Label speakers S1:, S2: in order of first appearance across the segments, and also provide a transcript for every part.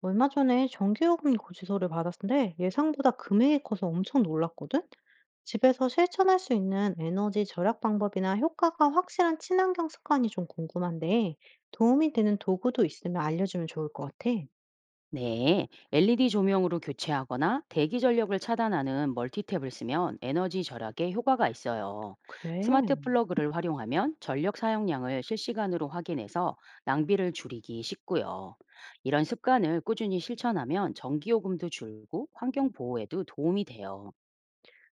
S1: 얼마 전에 정기요금 고지서를 받았는데 예상보다 금액이 커서 엄청 놀랐거든? 집에서 실천할 수 있는 에너지 절약 방법이나 효과가 확실한 친환경 습관이 좀 궁금한데 도움이 되는 도구도 있으면 알려주면 좋을 것 같아.
S2: 네, LED 조명으로 교체하거나 대기 전력을 차단하는 멀티탭을 쓰면 에너지 절약에 효과가 있어요.
S1: 그래.
S2: 스마트 플러그를 활용하면 전력 사용량을 실시간으로 확인해서 낭비를 줄이기 쉽고요. 이런 습관을 꾸준히 실천하면 전기요금도 줄고 환경 보호에도 도움이 돼요.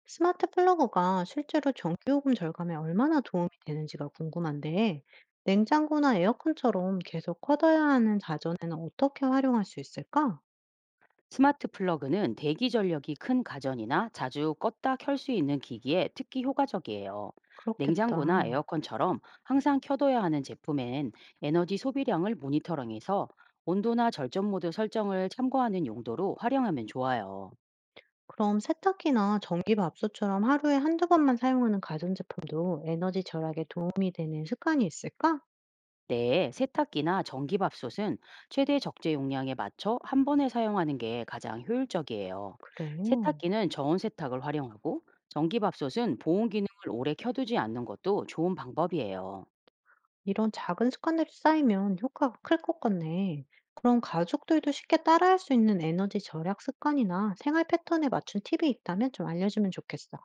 S1: 스마트 플러그가 실제로 전기요금 절감에 얼마나 도움이 되는지가 궁금한데 냉장고나 에어컨처럼 계속 커다야 하는 자전에는 어떻게 활용할 수 있을까?
S2: 스마트 플러그는 대기 전력이 큰 가전이나 자주 껐다 켤 수 있는 기기에 특히 효과적이에요.
S1: 그렇겠다.
S2: 냉장고나 에어컨처럼 항상 켜둬야 하는 제품엔 에너지 소비량을 모니터링해서 온도나 절전 모드 설정을 참고하는 용도로 활용하면 좋아요.
S1: 그럼 세탁기나 전기밥솥처럼 하루에 한두 번만 사용하는 가전제품도 에너지 절약에 도움이 되는 습관이 있을까?
S2: 때에 세탁기나 전기밥솥은 최대 적재 용량에 맞춰 한 번에 사용하는 게 가장 효율적이에요.
S1: 그래.
S2: 세탁기는 저온 세탁을 활용하고 전기밥솥은 보온 기능을 오래 켜두지 않는 것도 좋은 방법이에요.
S1: 이런 작은 습관들이 쌓이면 효과가 클 것 같네. 그럼 가족들도 쉽게 따라할 수 있는 에너지 절약 습관이나 생활 패턴에 맞춘 팁이 있다면 좀 알려주면 좋겠어.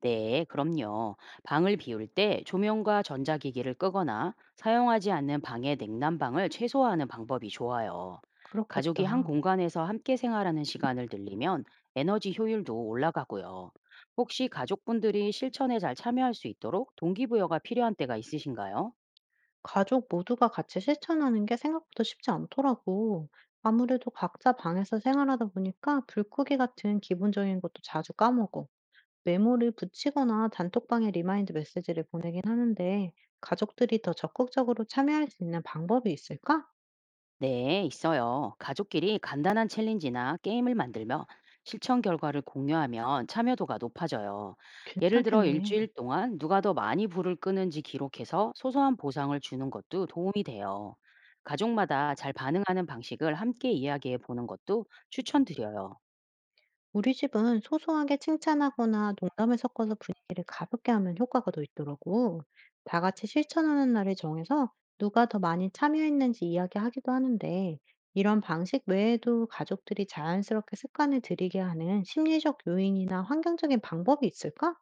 S2: 네, 그럼요. 방을 비울 때 조명과 전자기기를 끄거나 사용하지 않는 방의 냉난방을 최소화하는 방법이 좋아요. 가족이
S1: 그렇겠다.
S2: 한 공간에서 함께 생활하는 시간을 늘리면 에너지 효율도 올라가고요. 혹시 가족분들이 실천에 잘 참여할 수 있도록 동기부여가 필요한 때가 있으신가요?
S1: 가족 모두가 같이 실천하는 게 생각보다 쉽지 않더라고. 아무래도 각자 방에서 생활하다 보니까 불고기 같은 기본적인 것도 자주 까먹어. 메모를 붙이거나 단톡방에 리마인드 메시지를 보내긴 하는데 가족들이 더 적극적으로 참여할 수 있는 방법이 있을까?
S2: 네, 있어요. 가족끼리 간단한 챌린지나 게임을 만들며 실천 결과를 공유하면 참여도가 높아져요. 예를 들어
S1: 괜찮겠네.
S2: 일주일 동안 누가 더 많이 불을 끄는지 기록해서 소소한 보상을 주는 것도 도움이 돼요. 가족마다 잘 반응하는 방식을 함께 이야기해 보는 것도 추천드려요.
S1: 우리 집은 소소하게 칭찬하거나 농담을 섞어서 분위기를 가볍게 하면 효과가 더 있더라고. 다 같이 실천하는 날을 정해서 누가 더 많이 참여했는지 이야기하기도 하는데 이런 방식 외에도 가족들이 자연스럽게 습관을 들이게 하는 심리적 요인이나 환경적인 방법이 있을까?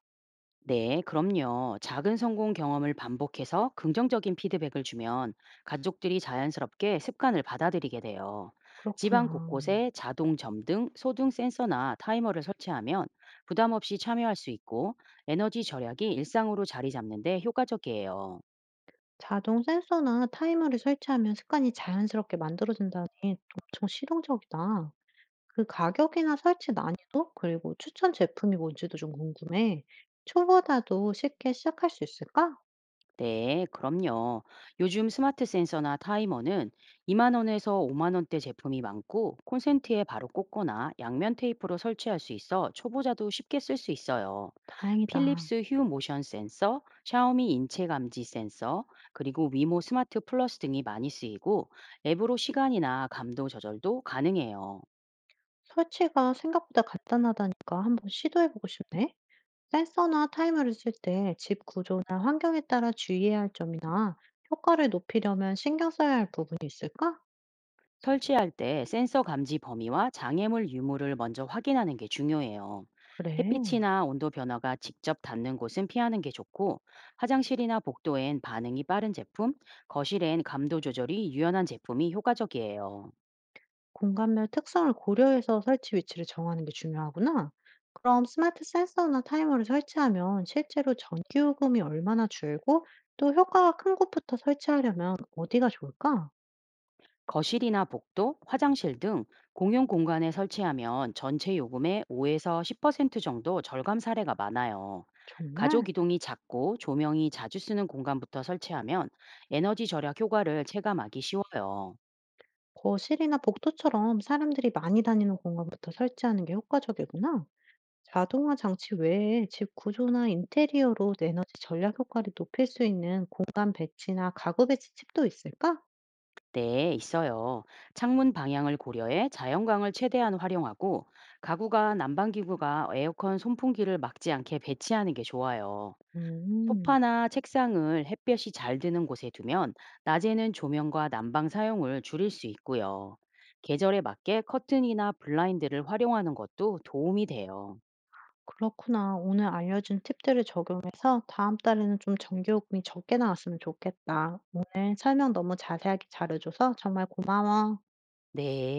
S2: 네, 그럼요. 작은 성공 경험을 반복해서 긍정적인 피드백을 주면 가족들이 자연스럽게 습관을 받아들이게 돼요. 집안
S1: 그렇구나.
S2: 곳곳에 자동 점등, 소등 센서나 타이머를 설치하면 부담 없이 참여할 수 있고 에너지 절약이 일상으로 자리 잡는데 효과적이에요.
S1: 자동 센서나 타이머를 설치하면 습관이 자연스럽게 만들어진다니 엄청 실용적이다. 그 가격이나 설치 난이도, 그리고 추천 제품이 뭔지도 좀 궁금해. 초보자도 쉽게 시작할 수 있을까?
S2: 네, 그럼요. 요즘 스마트 센서나 타이머는 2만 원에서 5만 원대 제품이 많고 콘센트에 바로 꽂거나 양면 테이프로 설치할 수 있어 초보자도 쉽게 쓸 수 있어요.
S1: 다행이다.
S2: 필립스 휴 모션 센서, 샤오미 인체 감지 센서, 그리고 위모 스마트 플러스 등이 많이 쓰이고 앱으로 시간이나 감도 조절도 가능해요.
S1: 설치가 생각보다 간단하다니까 한번 시도해보고 싶네. 센서나 타이머를 쓸 때 집 구조나 환경에 따라 주의해야 할 점이나 효과를 높이려면 신경 써야 할 부분이 있을까?
S2: 설치할 때 센서 감지 범위와 장애물 유무를 먼저 확인하는 게 중요해요.
S1: 그래.
S2: 햇빛이나 온도 변화가 직접 닿는 곳은 피하는 게 좋고, 화장실이나 복도엔 반응이 빠른 제품, 거실엔 감도 조절이 유연한 제품이 효과적이에요.
S1: 공간별 특성을 고려해서 설치 위치를 정하는 게 중요하구나. 그럼 스마트 센서나 타이머를 설치하면 실제로 전기 요금이 얼마나 줄고 또 효과가 큰 곳부터 설치하려면 어디가 좋을까?
S2: 거실이나 복도, 화장실 등 공용 공간에 설치하면 전체 요금의 5에서 10% 정도 절감 사례가 많아요. 가족
S1: 정말?
S2: 이동이 작고 조명이 자주 쓰는 공간부터 설치하면 에너지 절약 효과를 체감하기 쉬워요.
S1: 거실이나 복도처럼 사람들이 많이 다니는 공간부터 설치하는 게 효과적이구나. 자동화 장치 외에 집 구조나 인테리어로 에너지 절약 효과를 높일 수 있는 공간 배치나 가구 배치 팁도 있을까?
S2: 네, 있어요. 창문 방향을 고려해 자연광을 최대한 활용하고 가구가 난방기구가 에어컨 손풍기를 막지 않게 배치하는 게 좋아요.
S1: 음.
S2: 소파나 책상을 햇볕이 잘 드는 곳에 두면 낮에는 조명과 난방 사용을 줄일 수 있고요. 계절에 맞게 커튼이나 블라인드를 활용하는 것도 도움이 돼요.
S1: 그렇구나. 오늘 알려준 팁들을 적용해서 다음 달에는 좀 전기요금이 적게 나왔으면 좋겠다. 오늘 설명 너무 자세하게 잘해줘서 정말 고마워.
S2: 네.